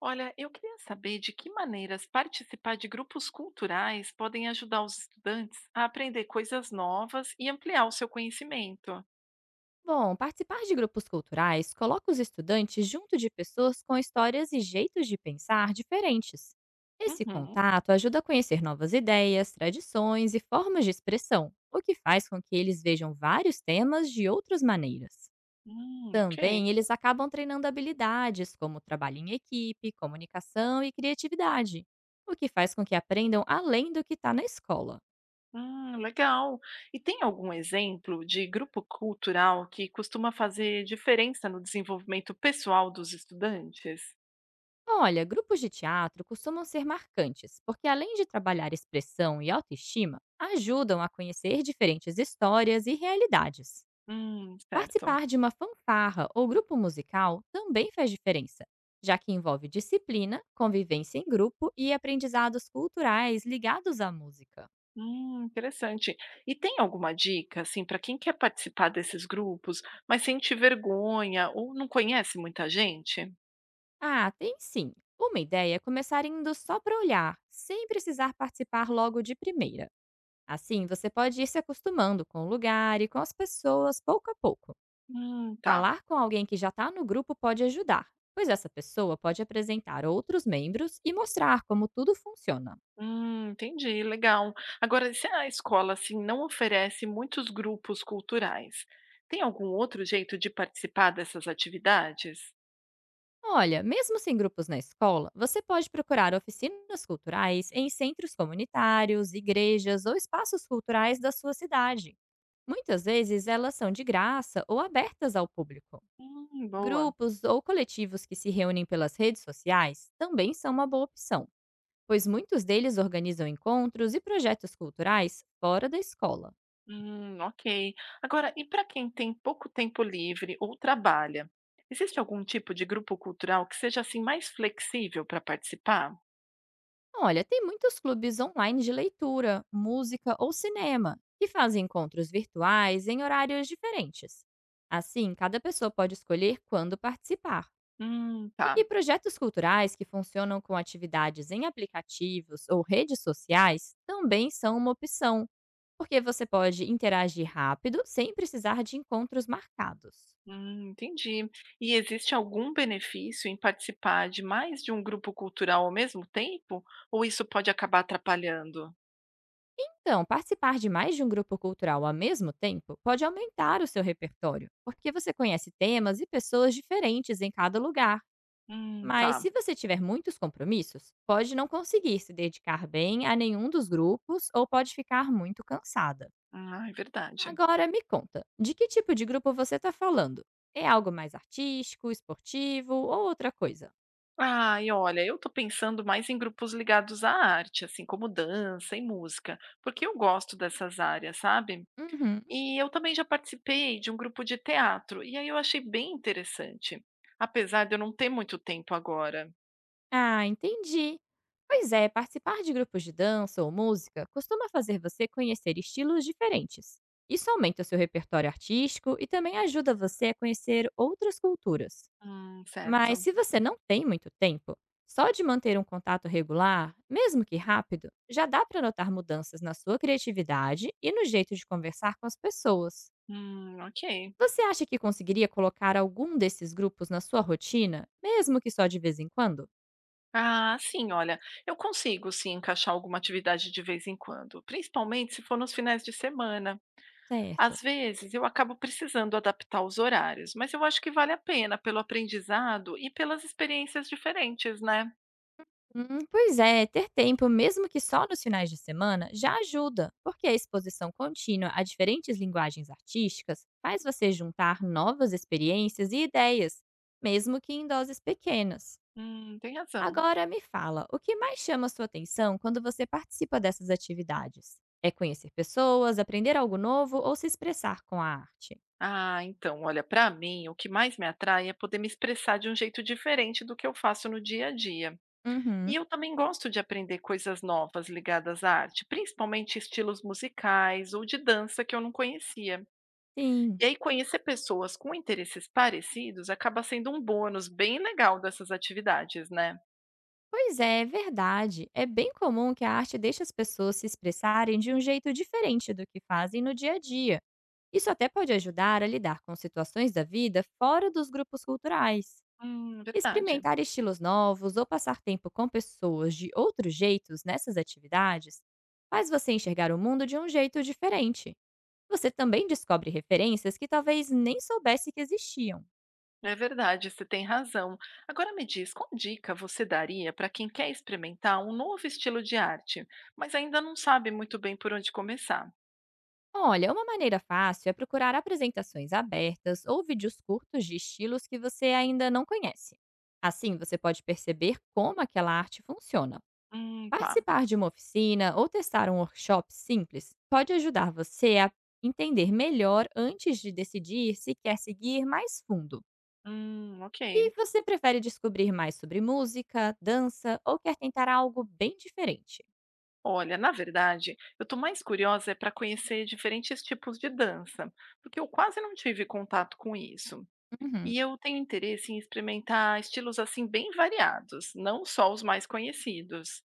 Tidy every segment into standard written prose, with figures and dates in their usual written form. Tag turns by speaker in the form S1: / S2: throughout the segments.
S1: Olha, eu queria saber de que maneiras participar de grupos culturais podem ajudar os estudantes a aprender coisas novas e ampliar o seu conhecimento.
S2: Bom, participar de grupos culturais coloca os estudantes junto de pessoas com histórias e jeitos de pensar diferentes. Esse
S1: Uhum.
S2: contato ajuda a conhecer novas ideias, tradições e formas de expressão, o que faz com que eles vejam vários temas de outras maneiras.
S1: Ok.
S2: Também eles acabam treinando habilidades como trabalho em equipe, comunicação e criatividade, o que faz com que aprendam além do que está na escola.
S1: Legal. E tem algum exemplo de grupo cultural que costuma fazer diferença no desenvolvimento pessoal dos estudantes?
S2: Olha, grupos de teatro costumam ser marcantes, porque além de trabalhar expressão e autoestima, ajudam a conhecer diferentes histórias e realidades.
S1: Certo.
S2: Participar de uma fanfarra ou grupo musical também faz diferença, já que envolve disciplina, convivência em grupo e aprendizados culturais ligados à música.
S1: Interessante. E tem alguma dica, assim, para quem quer participar desses grupos, mas sente vergonha ou não conhece muita gente?
S2: Ah, tem sim. Uma ideia é começar indo só para olhar, sem precisar participar logo de primeira. Assim, você pode ir se acostumando com o lugar e com as pessoas pouco a pouco.
S1: Tá.
S2: Falar com alguém que já está no grupo pode ajudar, pois essa pessoa pode apresentar outros membros e mostrar como tudo funciona.
S1: Entendi, legal. Agora, se a escola assim não oferece muitos grupos culturais, tem algum outro jeito de participar dessas atividades?
S2: Olha, mesmo sem grupos na escola, você pode procurar oficinas culturais em centros comunitários, igrejas ou espaços culturais da sua cidade. Muitas vezes elas são de graça ou abertas ao público.
S1: Boa.
S2: Grupos ou coletivos que se reúnem pelas redes sociais também são uma boa opção, pois muitos deles organizam encontros e projetos culturais fora da escola.
S1: Ok. Agora, e para quem tem pouco tempo livre ou trabalha, existe algum tipo de grupo cultural que seja assim mais flexível para participar?
S2: Olha, tem muitos clubes online de leitura, música ou cinema que fazem encontros virtuais em horários diferentes. Assim, cada pessoa pode escolher quando participar. E
S1: Tá.
S2: projetos culturais que funcionam com atividades em aplicativos ou redes sociais também são uma opção, porque você pode interagir rápido sem precisar de encontros marcados.
S1: Entendi. E existe algum benefício em participar de mais de um grupo cultural ao mesmo tempo? Ou isso pode acabar atrapalhando?
S2: Então, participar de mais de um grupo cultural ao mesmo tempo pode aumentar o seu repertório, porque você conhece temas e pessoas diferentes em cada lugar. Mas
S1: Tá.
S2: se você tiver muitos compromissos, pode não conseguir se dedicar bem a nenhum dos grupos ou pode ficar muito cansada.
S1: Ah, é verdade.
S2: Agora me conta, de que tipo de grupo você está falando? É algo mais artístico, esportivo ou outra coisa?
S1: Ah, e olha, eu tô pensando mais em grupos ligados à arte, assim como dança e música, porque eu gosto dessas áreas, sabe?
S2: Uhum.
S1: E eu também já participei de um grupo de teatro, e aí eu achei bem interessante, apesar de eu não ter muito tempo agora.
S2: Ah, entendi. Pois é, participar de grupos de dança ou música costuma fazer você conhecer estilos diferentes. Isso aumenta o seu repertório artístico e também ajuda você a conhecer outras culturas. Mas
S1: Certo.
S2: se você não tem muito tempo, só de manter um contato regular, mesmo que rápido, já dá para notar mudanças na sua criatividade e no jeito de conversar com as pessoas.
S1: Ok.
S2: Você acha que conseguiria colocar algum desses grupos na sua rotina, mesmo que só de vez em quando?
S1: Ah, sim, olha, eu consigo sim encaixar alguma atividade de vez em quando, principalmente se for nos finais de semana. Às
S2: Certo.
S1: vezes eu acabo precisando adaptar os horários, mas eu acho que vale a pena pelo aprendizado e pelas experiências diferentes, né?
S2: Pois é, ter tempo, mesmo que só nos finais de semana, já ajuda, porque a exposição contínua a diferentes linguagens artísticas faz você juntar novas experiências e ideias, mesmo que em doses pequenas.
S1: Tem razão.
S2: Agora me fala, o que mais chama sua atenção quando você participa dessas atividades? É conhecer pessoas, aprender algo novo ou se expressar com a arte?
S1: Ah, então, olha, para mim, o que mais me atrai é poder me expressar de um jeito diferente do que eu faço no dia a dia. E
S2: Uhum.
S1: eu também gosto de aprender coisas novas ligadas à arte, principalmente estilos musicais ou de dança que eu não conhecia.
S2: Sim.
S1: E aí conhecer pessoas com interesses parecidos acaba sendo um bônus bem legal dessas atividades, né?
S2: Pois é, é verdade. É bem comum que a arte deixe as pessoas se expressarem de um jeito diferente do que fazem no dia a dia. Isso até pode ajudar a lidar com situações da vida fora dos grupos culturais.
S1: Verdade.
S2: Experimentar estilos novos ou passar tempo com pessoas de outros jeitos nessas atividades faz você enxergar o mundo de um jeito diferente. Você também descobre referências que talvez nem soubesse que existiam.
S1: É verdade, você tem razão. Agora me diz, qual dica você daria para quem quer experimentar um novo estilo de arte, mas ainda não sabe muito bem por onde começar?
S2: Olha, uma maneira fácil é procurar apresentações abertas ou vídeos curtos de estilos que você ainda não conhece. Assim, você pode perceber como aquela arte funciona.
S1: Tá.
S2: Participar de uma oficina ou testar um workshop simples pode ajudar você a entender melhor antes de decidir se quer seguir mais fundo.
S1: Ok.
S2: E você prefere descobrir mais sobre música, dança ou quer tentar algo bem diferente?
S1: Olha, na verdade, eu estou mais curiosa é para conhecer diferentes tipos de dança, porque eu quase não tive contato com isso.
S2: Uhum.
S1: E eu tenho interesse em experimentar estilos assim bem variados, não só os mais conhecidos.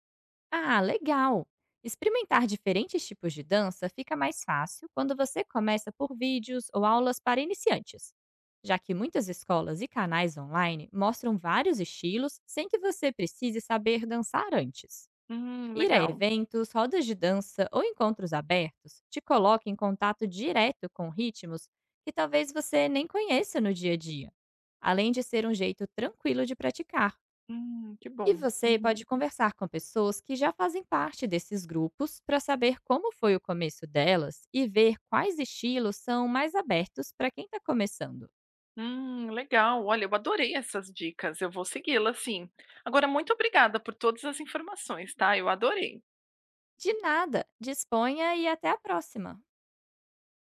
S2: Ah, legal! Experimentar diferentes tipos de dança fica mais fácil quando você começa por vídeos ou aulas para iniciantes, já que muitas escolas e canais online mostram vários estilos sem que você precise saber dançar antes. Ir a
S1: Legal.
S2: eventos, rodas de dança ou encontros abertos te coloca em contato direto com ritmos que talvez você nem conheça no dia a dia, além de ser um jeito tranquilo de praticar.
S1: Que
S2: E
S1: bom.
S2: você
S1: Uhum.
S2: pode conversar com pessoas que já fazem parte desses grupos para saber como foi o começo delas e ver quais estilos são mais abertos para quem está começando.
S1: Legal. Olha, eu adorei essas dicas. Eu vou segui-las, sim. Agora, muito obrigada por todas as informações, tá? Eu adorei.
S2: De nada, disponha e até a próxima!